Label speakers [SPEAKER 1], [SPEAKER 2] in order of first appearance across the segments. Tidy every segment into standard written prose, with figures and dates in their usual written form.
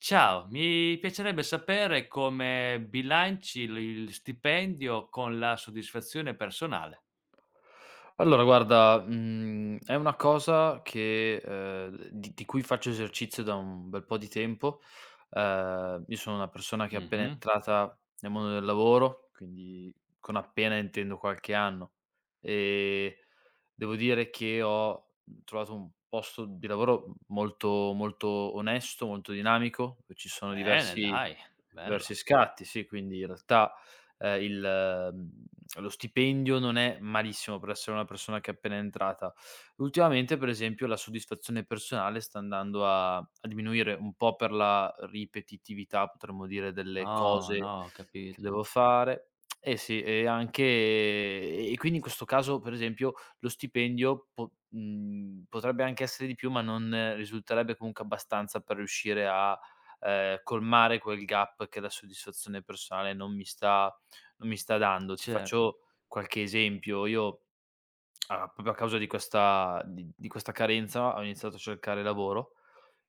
[SPEAKER 1] Ciao, mi piacerebbe sapere come bilanci il stipendio con la soddisfazione personale.
[SPEAKER 2] Allora guarda, è una cosa che, di cui faccio esercizio da un bel po' di tempo. Io sono una persona che è appena
[SPEAKER 1] Mh-mh.
[SPEAKER 2] entrata nel mondo del lavoro, quindi con appena intendo qualche anno. ehm, Devo dire che ho, trovato un posto di lavoro molto molto onesto, molto dinamico, dove ci sono
[SPEAKER 1] Bene
[SPEAKER 2] diversi
[SPEAKER 1] dai,
[SPEAKER 2] Diversi
[SPEAKER 1] bello.
[SPEAKER 2] scatti, sì, quindi in realtà, lo stipendio non è malissimo per essere una persona che è appena entrata. Ultimamente, per esempio, la soddisfazione personale sta andando a diminuire un po' per la ripetitività, potremmo dire, delle
[SPEAKER 1] Oh
[SPEAKER 2] cose
[SPEAKER 1] no, ho
[SPEAKER 2] che
[SPEAKER 1] capito.
[SPEAKER 2] devo fare. Eh sì, e quindi in questo caso, per esempio, lo stipendio potrebbe anche essere di più, ma non risulterebbe comunque abbastanza per riuscire a colmare quel gap che la soddisfazione personale non mi sta dando. Ti
[SPEAKER 1] Certo.
[SPEAKER 2] faccio qualche esempio: io a proprio a causa di questa carenza ho iniziato a cercare lavoro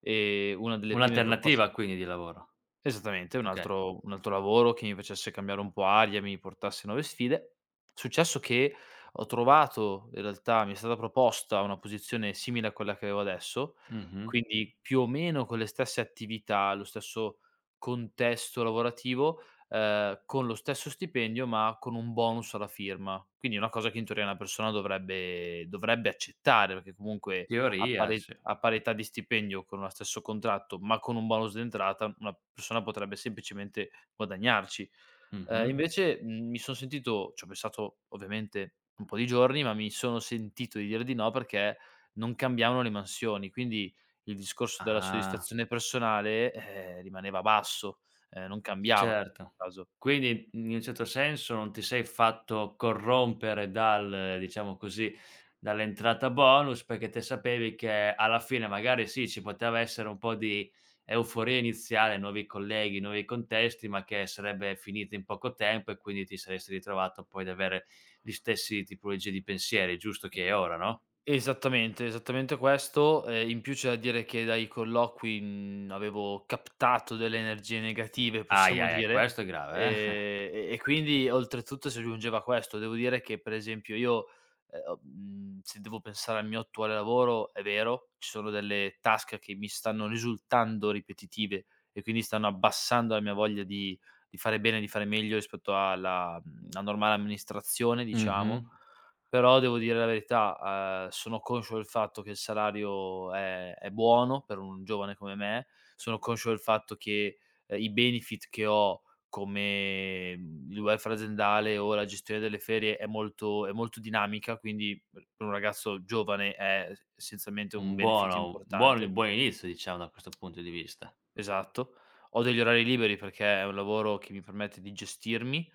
[SPEAKER 2] e una delle prime proposte.
[SPEAKER 1] Un'alternativa quindi di lavoro.
[SPEAKER 2] Esattamente, un
[SPEAKER 1] Okay.
[SPEAKER 2] altro un altro lavoro che mi facesse cambiare un po' aria, mi portasse nuove sfide. Successo che ho trovato, in realtà mi è stata proposta una posizione simile a quella che avevo adesso,
[SPEAKER 1] Mh-mh.
[SPEAKER 2] quindi più o meno con le stesse attività, lo stesso contesto lavorativo, con lo stesso stipendio, ma con un bonus alla firma. Quindi una cosa che in teoria una persona dovrebbe accettare, perché comunque a
[SPEAKER 1] Teoria,
[SPEAKER 2] pari
[SPEAKER 1] sì.
[SPEAKER 2] a parità di stipendio con lo stesso contratto, ma con un bonus d'entrata, una persona potrebbe semplicemente guadagnarci.
[SPEAKER 1] Mh-mh.
[SPEAKER 2] Invece, mhmm, mi son sentito ci ho pensato ovviamente un po' di giorni, ma mi sono sentito di dire di no perché non cambiavano le mansioni, quindi il discorso della
[SPEAKER 1] Ah.
[SPEAKER 2] soddisfazione personale, rimaneva basso, non cambiava in
[SPEAKER 1] Certo.
[SPEAKER 2] questo caso.
[SPEAKER 1] Quindi, in un certo senso, non ti sei fatto corrompere dal diciamo così, dall'entrata bonus, perché te sapevi che alla fine magari sì, ci poteva essere un po' di euforia iniziale, nuovi colleghi, nuovi contesti, ma che sarebbe finita in poco tempo e quindi ti saresti ritrovato poi ad avere gli stessi tipologie di pensieri, giusto che è ora, no?
[SPEAKER 2] Esattamente, esattamente questo. In più c'è da dire che dai colloqui, avevo captato delle energie negative,
[SPEAKER 1] Ahi,
[SPEAKER 2] possiamo
[SPEAKER 1] ahi, ahi,
[SPEAKER 2] dire,
[SPEAKER 1] questo è grave, eh.
[SPEAKER 2] e quindi oltretutto si aggiungeva questo. Devo dire che per esempio io, se devo pensare al mio attuale lavoro, è vero, ci sono delle task che mi stanno risultando ripetitive e quindi stanno abbassando la mia voglia di fare bene, di fare meglio rispetto alla normale amministrazione, diciamo.
[SPEAKER 1] Mh-mh.
[SPEAKER 2] Però devo dire la verità, sono conscio del fatto che il salario è buono per un giovane come me, sono conscio del fatto che, i benefit che ho come, il welfare aziendale o la gestione delle ferie è molto dinamica, quindi per un ragazzo giovane è essenzialmente un
[SPEAKER 1] Un
[SPEAKER 2] benefit
[SPEAKER 1] buono un
[SPEAKER 2] importante.
[SPEAKER 1] buon buon inizio diciamo da questo punto di vista.
[SPEAKER 2] Esatto. Ho degli orari liberi perché è un lavoro che mi permette di gestirmi,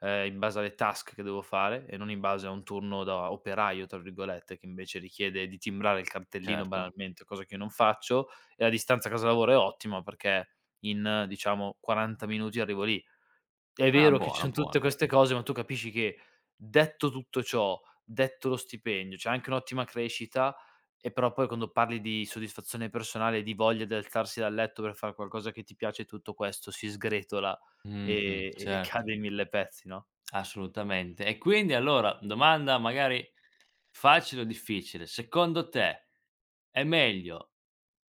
[SPEAKER 2] in base alle task che devo fare e non in base a un turno da "operaio" tra virgolette, che invece richiede di timbrare il cartellino
[SPEAKER 1] Certo.
[SPEAKER 2] banalmente, cosa che io non faccio, e la distanza a casa lavoro è ottima perché in, diciamo, 40 minuti arrivo lì. È
[SPEAKER 1] Ah,
[SPEAKER 2] vero che ci
[SPEAKER 1] buono,
[SPEAKER 2] son tutte
[SPEAKER 1] buono.
[SPEAKER 2] queste cose, ma tu capisci che detto tutto ciò, detto lo stipendio, c'è anche un'ottima crescita, e però poi quando parli di soddisfazione personale, di voglia di alzarsi dal letto per fare qualcosa che ti piace, tutto questo si sgretola
[SPEAKER 1] Mh-mh,
[SPEAKER 2] e
[SPEAKER 1] certo,
[SPEAKER 2] cade in 1000 pezzi, no?
[SPEAKER 1] assolutamente. E quindi allora, domanda magari facile o difficile: secondo te è meglio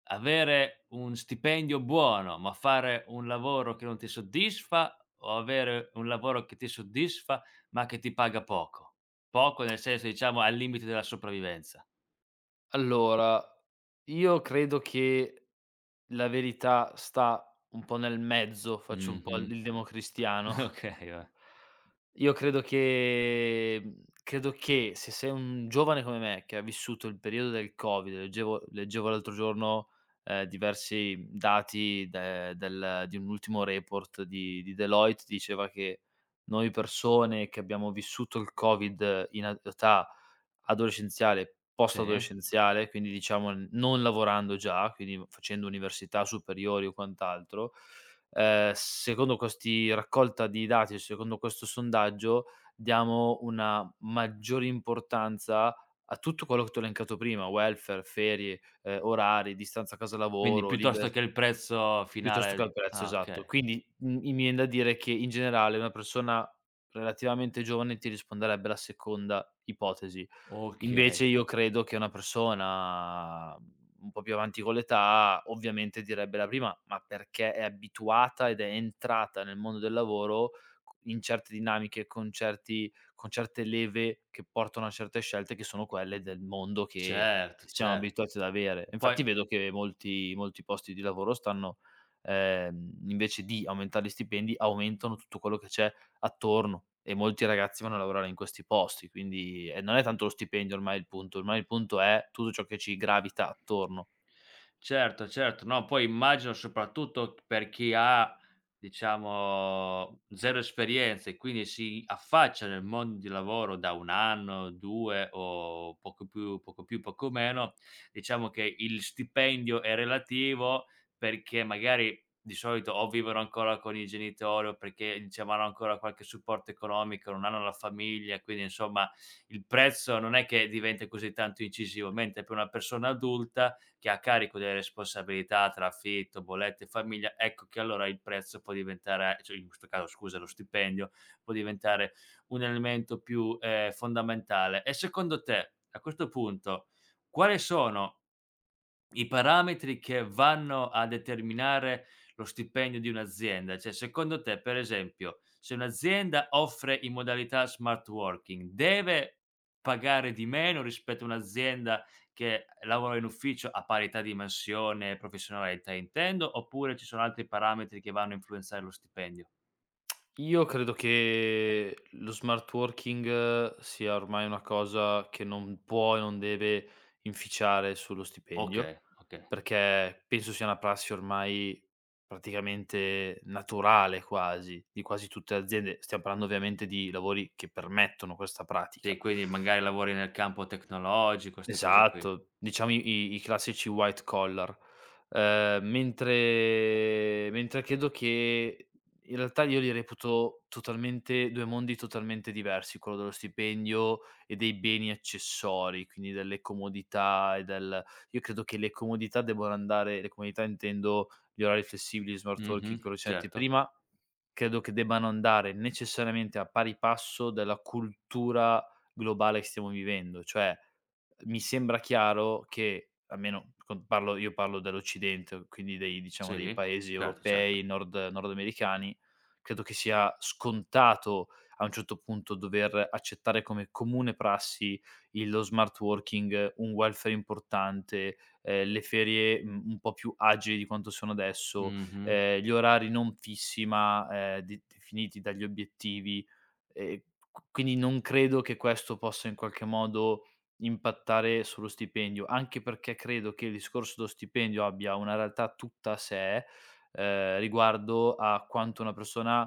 [SPEAKER 1] avere un stipendio buono, ma fare un lavoro che non ti soddisfa, o avere un lavoro che ti soddisfa, ma che ti paga poco? Poco nel senso, diciamo, al limite della sopravvivenza.
[SPEAKER 2] Allora, io credo che la verità sta un po' nel mezzo, faccio un po'
[SPEAKER 1] Mh-mh.
[SPEAKER 2] il democristiano.
[SPEAKER 1] Okay, va
[SPEAKER 2] Io credo che se sei un giovane come me, che ha vissuto il periodo del Covid, leggevo l'altro giorno, diversi dati de del di un ultimo report di Deloitte, diceva che noi persone che abbiamo vissuto il Covid in a età adolescenziale,
[SPEAKER 1] sì.
[SPEAKER 2] post-adolescenziale, quindi diciamo non lavorando già, quindi facendo università superiori o quant'altro, secondo questi raccolta di dati, secondo questo sondaggio, diamo una maggiore importanza a tutto quello che ti ho elencato prima: welfare, ferie, orari, distanza
[SPEAKER 1] Quindi
[SPEAKER 2] casa-lavoro,
[SPEAKER 1] piuttosto
[SPEAKER 2] liber
[SPEAKER 1] che il prezzo
[SPEAKER 2] piuttosto che al
[SPEAKER 1] finale
[SPEAKER 2] prezzo,
[SPEAKER 1] ah,
[SPEAKER 2] esatto.
[SPEAKER 1] okay.
[SPEAKER 2] Quindi, mhmm, i mi vien da dire che in generale una persona relativamente giovane ti risponderebbe alla seconda ipotesi. Invece
[SPEAKER 1] Okay.
[SPEAKER 2] io credo che una persona, un po' più avanti con l'età, ovviamente direbbe la prima, ma perché è abituata ed è entrata nel mondo del lavoro c in certe dinamiche, con certi con certe leve che portano a certe scelte che sono quelle del mondo che
[SPEAKER 1] Certo,
[SPEAKER 2] siamo
[SPEAKER 1] cer
[SPEAKER 2] abituati ad avere.
[SPEAKER 1] poi
[SPEAKER 2] Infatti vedo che molti molti posti di lavoro stanno, invece di aumentare gli stipendi, aumentano tutto quello che c'è attorno e molti ragazzi vanno a lavorare in questi posti, quindi e non è tanto lo stipendio ormai il punto è tutto ciò che ci gravita attorno.
[SPEAKER 1] certo, certo. No, poi immagino soprattutto per chi ha, diciamo, 0 esperienze e quindi si affaccia nel mondo di lavoro da 1 anno, 2 o poco più poco meno, diciamo che il stipendio è relativo perché magari di solito o vivono ancora con i genitori o perché, diciamo, hanno ancora qualche supporto economico, non hanno la famiglia, quindi insomma il prezzo non è che diventa così tanto incisivo, mentre per una persona adulta che ha a carico delle responsabilità tra affitto, bollette e famiglia, ecco che allora il prezzo può diventare cioè in questo caso scusa, lo stipendio, può diventare un elemento più, fondamentale. E secondo te, a questo punto, quali sono i parametri che vanno a determinare lo stipendio di un'azienda, cioè secondo te per esempio se un'azienda offre in modalità smart working deve pagare di meno rispetto a un'azienda che lavora in ufficio a parità di mansione e professionalità intendo, oppure ci sono altri parametri che vanno a influenzare lo stipendio?
[SPEAKER 2] Io credo che lo smart working sia ormai una cosa che non può e non deve inficiare sullo stipendio,
[SPEAKER 1] Okay, okay.
[SPEAKER 2] perché penso sia una prassi ormai praticamente naturale quasi, di quasi tutte le aziende. Stiamo parlando ovviamente di lavori che permettono questa pratica.
[SPEAKER 1] Sì, quindi magari lavori nel campo tecnologico, 'ste cose qui.
[SPEAKER 2] Esatto, diciamo i classici white collar. Mentre credo che in realtà io li reputo totalmente 2 mondi totalmente diversi, quello dello stipendio e dei beni accessori, quindi delle comodità e del io credo che le comodità debbano andare, le comodità intendo gli orari flessibili, gli smart working,
[SPEAKER 1] Mh-mh,
[SPEAKER 2] quello che siam detti
[SPEAKER 1] certo.
[SPEAKER 2] prima, credo che debbano andare necessariamente a pari passo della cultura globale che stiamo vivendo, cioè mi sembra chiaro che, almeno con parlo io parlo dell'Occidente, quindi dei diciamo dei
[SPEAKER 1] Sì,
[SPEAKER 2] paesi
[SPEAKER 1] certo, certo.
[SPEAKER 2] europei, nordamericani, credo che sia scontato a un certo punto dover accettare come comune prassi il lo smart working, un welfare importante, le ferie, un po' più agili di quanto sono adesso,
[SPEAKER 1] Mh-mh.
[SPEAKER 2] gli orari non fissi ma, de definiti dagli obiettivi. Ehm, q quindi non credo che questo possa in qualche modo impattare sullo stipendio, anche perché credo che il discorso dello stipendio abbia una realtà tutta a sé, riguardo a quanto una persona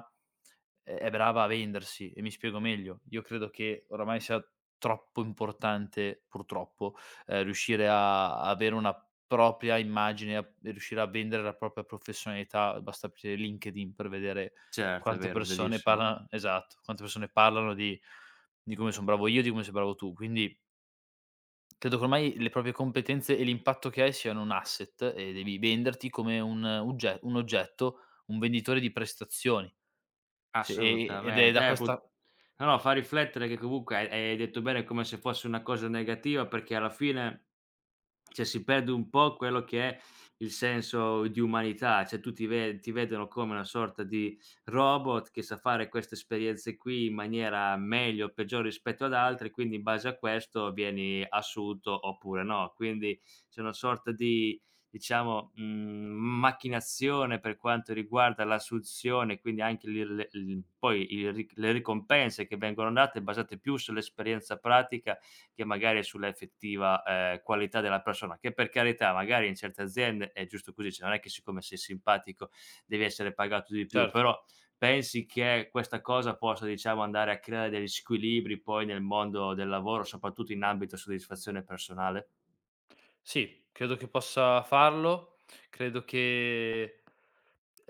[SPEAKER 2] è brava a vendersi, e mi spiego meglio. Io credo che oramai sia troppo importante, purtroppo, riuscire a avere una propria immagine, a e riuscire a vendere la propria professionalità. Basta aprire LinkedIn per vedere
[SPEAKER 1] Certo, è
[SPEAKER 2] quante
[SPEAKER 1] vero,
[SPEAKER 2] persone
[SPEAKER 1] verissimo.
[SPEAKER 2] parla esatto, quante persone parlano di come son bravo io, di come sei bravo tu. Quindi credo che ormai le proprie competenze e l'impatto che hai siano un asset e devi venderti come un oggetto, un venditore di prestazioni. Sì, ed è
[SPEAKER 1] Assolutamente.
[SPEAKER 2] da
[SPEAKER 1] Pu
[SPEAKER 2] questa.
[SPEAKER 1] no, no, fa riflettere che comunque hai detto bene, è come se fosse una cosa negativa perché alla fine cioè si perde un po' quello che è il senso di umanità, cioè tu ti vedono come una sorta di robot che sa fare queste esperienze qui in maniera meglio o peggiore rispetto ad altre, quindi in base a questo vieni assunto oppure no. Quindi c'è una sorta di, diciamo, macchinazione per quanto riguarda l'assunzione, quindi anche lì le l poi il ri le ricompense che vengono date basate più sull'esperienza pratica che magari sulla effettiva, qualità della persona, che per carità magari in certe aziende è giusto così, cioè non è che siccome sei simpatico devi essere pagato di più,
[SPEAKER 2] Certo.
[SPEAKER 1] però pensi che questa cosa possa, diciamo, andare a creare degli squilibri poi nel mondo del lavoro, soprattutto in ambito soddisfazione personale?
[SPEAKER 2] Sì, credo che possa farlo. Credo che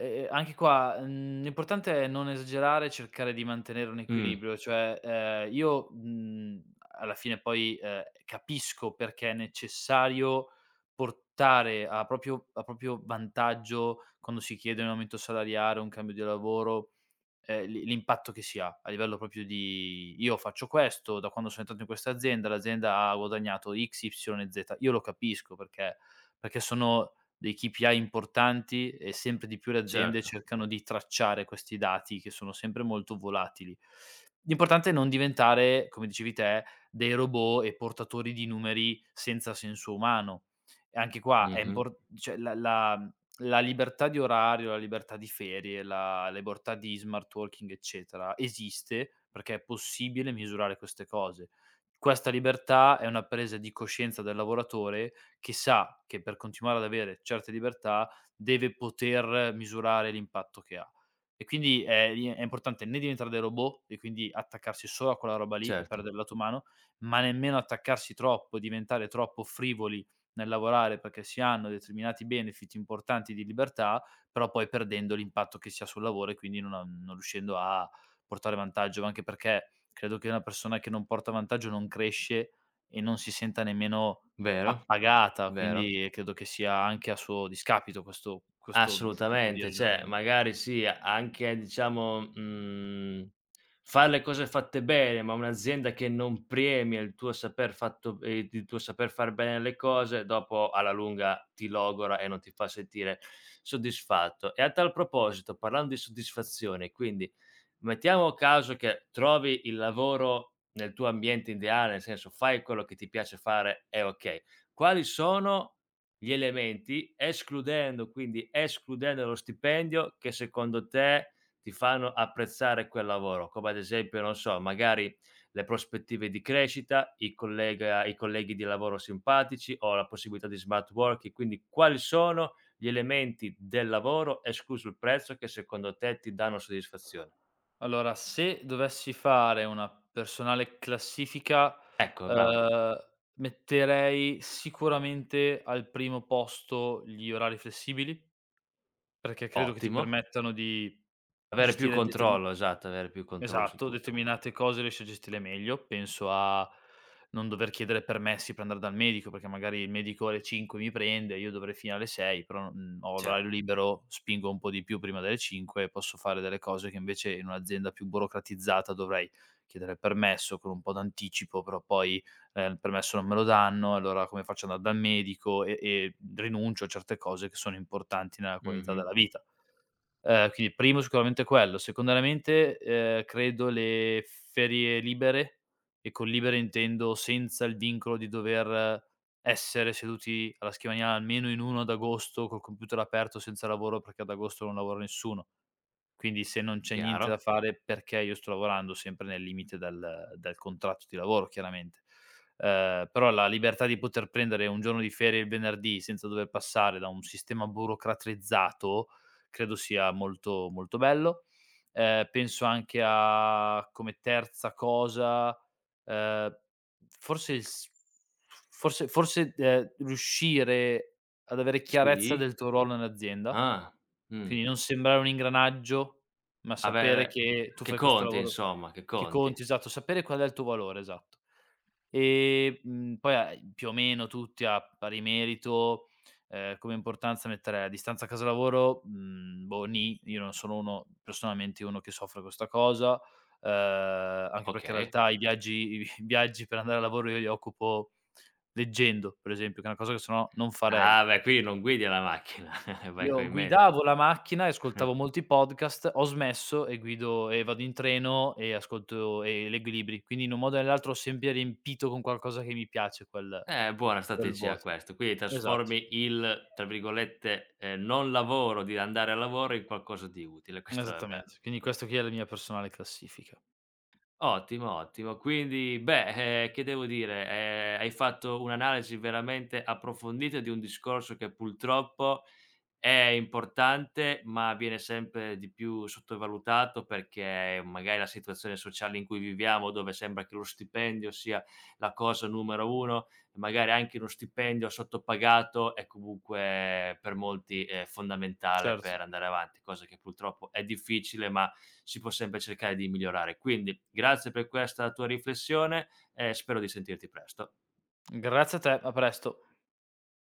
[SPEAKER 2] Anche qua, l'importante è non esagerare, cercare di mantenere un
[SPEAKER 1] Mh,
[SPEAKER 2] equilibrio, cioè, io, alla fine poi, capisco perché è necessario portare a proprio vantaggio, quando si chiede un aumento salariale, un cambio di lavoro, l'impatto che si ha, a livello proprio di: "Io faccio questo, da quando sono entrato in questa azienda, l'azienda ha guadagnato X, Y e Z". Io lo capisco perché sono dei KPI importanti e sempre di più le aziende
[SPEAKER 1] certo.
[SPEAKER 2] cercano di tracciare questi dati che sono sempre molto volatili. L'importante è non diventare, come dicevi te, dei robot e portatori di numeri senza senso umano. E anche qua, è
[SPEAKER 1] Mh-mh,
[SPEAKER 2] impor cioè la libertà di orario, la libertà di ferie, la libertà di smart working, eccetera, esiste perché è possibile misurare queste cose. Questa libertà è una presa di coscienza del lavoratore che sa che per continuare ad avere certe libertà deve poter misurare l'impatto che ha. E quindi è importante né diventare dei robot e quindi attaccarsi solo a quella roba lì e
[SPEAKER 1] certo.
[SPEAKER 2] perdere il lato umano, ma nemmeno attaccarsi troppo, diventare troppo frivoli nel lavorare perché si hanno determinati benefit importanti di libertà, però poi perdendo l'impatto che si ha sul lavoro e quindi non riuscendo a portare vantaggio, ma anche perché credo che una persona che non porta vantaggio non cresce e non si senta nemmeno
[SPEAKER 1] Vero,
[SPEAKER 2] appagata,
[SPEAKER 1] vero.
[SPEAKER 2] quindi credo che sia anche a suo discapito questo tipo di
[SPEAKER 1] Assolutamente, cioè
[SPEAKER 2] ragionamento.
[SPEAKER 1] magari sì, anche diciamo, far le cose fatte bene, ma un'azienda che non premia il tuo saper fatto il tuo saper far bene le cose, dopo alla lunga ti logora e non ti fa sentire soddisfatto. E a tal proposito, parlando di soddisfazione, quindi mettiamo caso che trovi il lavoro nel tuo ambiente ideale, nel senso fai quello che ti piace fare e okay. Quali sono gli elementi, escludendo lo stipendio che secondo te ti fanno apprezzare quel lavoro, come ad esempio, non so, magari le prospettive di crescita, i colleghi di lavoro simpatici o la possibilità di smart working, quindi quali sono gli elementi del lavoro, escluso il prezzo, che secondo te ti danno soddisfazione?
[SPEAKER 2] Allora, se dovessi fare una personale classifica,
[SPEAKER 1] Ecco, bravo,
[SPEAKER 2] uhm, metterei sicuramente al primo posto gli orari flessibili, perché credo che ti
[SPEAKER 1] ottimo.
[SPEAKER 2] permettano di
[SPEAKER 1] Avere più
[SPEAKER 2] gestire determ
[SPEAKER 1] controllo, esatto, avere più controllo su
[SPEAKER 2] Esatto,
[SPEAKER 1] tutto.
[SPEAKER 2] determinate cose riesci a gestirle meglio. Penso a non dover chiedere permessi per andare dal medico, perché magari il medico alle 5 mi prende, io dovrei finire alle 6, però, ho l'orario
[SPEAKER 1] Certo.
[SPEAKER 2] libero, spingo un po' di più prima delle 5 e posso fare delle cose che invece in un'azienda più burocratizzata dovrei chiedere il permesso con un po' d'anticipo, però poi, il permesso non me lo danno, allora come faccio ad andare dal medico e rinuncio a certe cose che sono importanti nella qualità
[SPEAKER 1] Mh-mh.
[SPEAKER 2] della vita. Quindi primo sicuramente quello. Secondariamente, credo le ferie libere, e con libere intendo senza il vincolo di dover essere seduti alla scrivania almeno in 1 ad agosto col computer aperto senza lavoro, perché ad agosto non lavora nessuno. Quindi se non c'è niente da
[SPEAKER 1] Chiaro.
[SPEAKER 2] fare perché io sto lavorando sempre nel limite del contratto di lavoro chiaramente. Però la libertà di poter prendere un giorno di ferie il venerdì senza dover passare da un sistema burocratizzato, credo sia molto, molto bello. Penso anche a come terza cosa, ehm, forse il s forse forse, riuscire ad avere chiarezza
[SPEAKER 1] Sì.
[SPEAKER 2] del tuo ruolo nell'azienda.
[SPEAKER 1] Ah, mh.
[SPEAKER 2] Quindi non sembrare un ingranaggio, ma sapere
[SPEAKER 1] Avere
[SPEAKER 2] che tu
[SPEAKER 1] Che
[SPEAKER 2] fai questo
[SPEAKER 1] conti
[SPEAKER 2] lavoro
[SPEAKER 1] insomma, che
[SPEAKER 2] che
[SPEAKER 1] conti.
[SPEAKER 2] conti, esatto, sapere qual è il tuo valore, esatto. E, poi a più o meno tutti a pari merito, come importanza mettere a distanza a casa lavoro, boh, nì, io non sono uno che soffre questa cosa, ehm, anche perché in
[SPEAKER 1] Okay.
[SPEAKER 2] realtà i viaggi i vi viaggi per andare al lavoro io li occupo leggendo, per esempio, che è una cosa che se no non farei.
[SPEAKER 1] Ah beh, quindi non guidi la macchina, vai
[SPEAKER 2] Io
[SPEAKER 1] coi mezzi.
[SPEAKER 2] guidavo la macchina e ascoltavo molti podcast, ho smesso e guido e vado in treno e ascolto e leggo i libri. Quindi in un modo o nell'altro ho sempre riempito con qualcosa che mi piace quel
[SPEAKER 1] Buona
[SPEAKER 2] quel
[SPEAKER 1] strategia
[SPEAKER 2] vuoto.
[SPEAKER 1] questo. Quindi
[SPEAKER 2] Esatto,
[SPEAKER 1] trasformi il, tra virgolette, non lavoro di andare al lavoro in qualcosa di utile, questo è bello.
[SPEAKER 2] esattamente. Quindi questo qui è la mia personale classifica.
[SPEAKER 1] Ottimo, ottimo. Quindi beh, che devo dire, hai fatto un'analisi veramente approfondita di un discorso che purtroppo è importante, ma viene sempre di più sottovalutato perché magari la situazione sociale in cui viviamo, dove sembra che lo stipendio sia la cosa numero 1, magari anche uno stipendio sottopagato è comunque per molti, fondamentale
[SPEAKER 2] Certo.
[SPEAKER 1] per andare avanti, cosa che purtroppo è difficile, ma si può sempre cercare di migliorare. Quindi grazie per questa tua riflessione e spero di sentirti presto.
[SPEAKER 2] Grazie a te, a presto.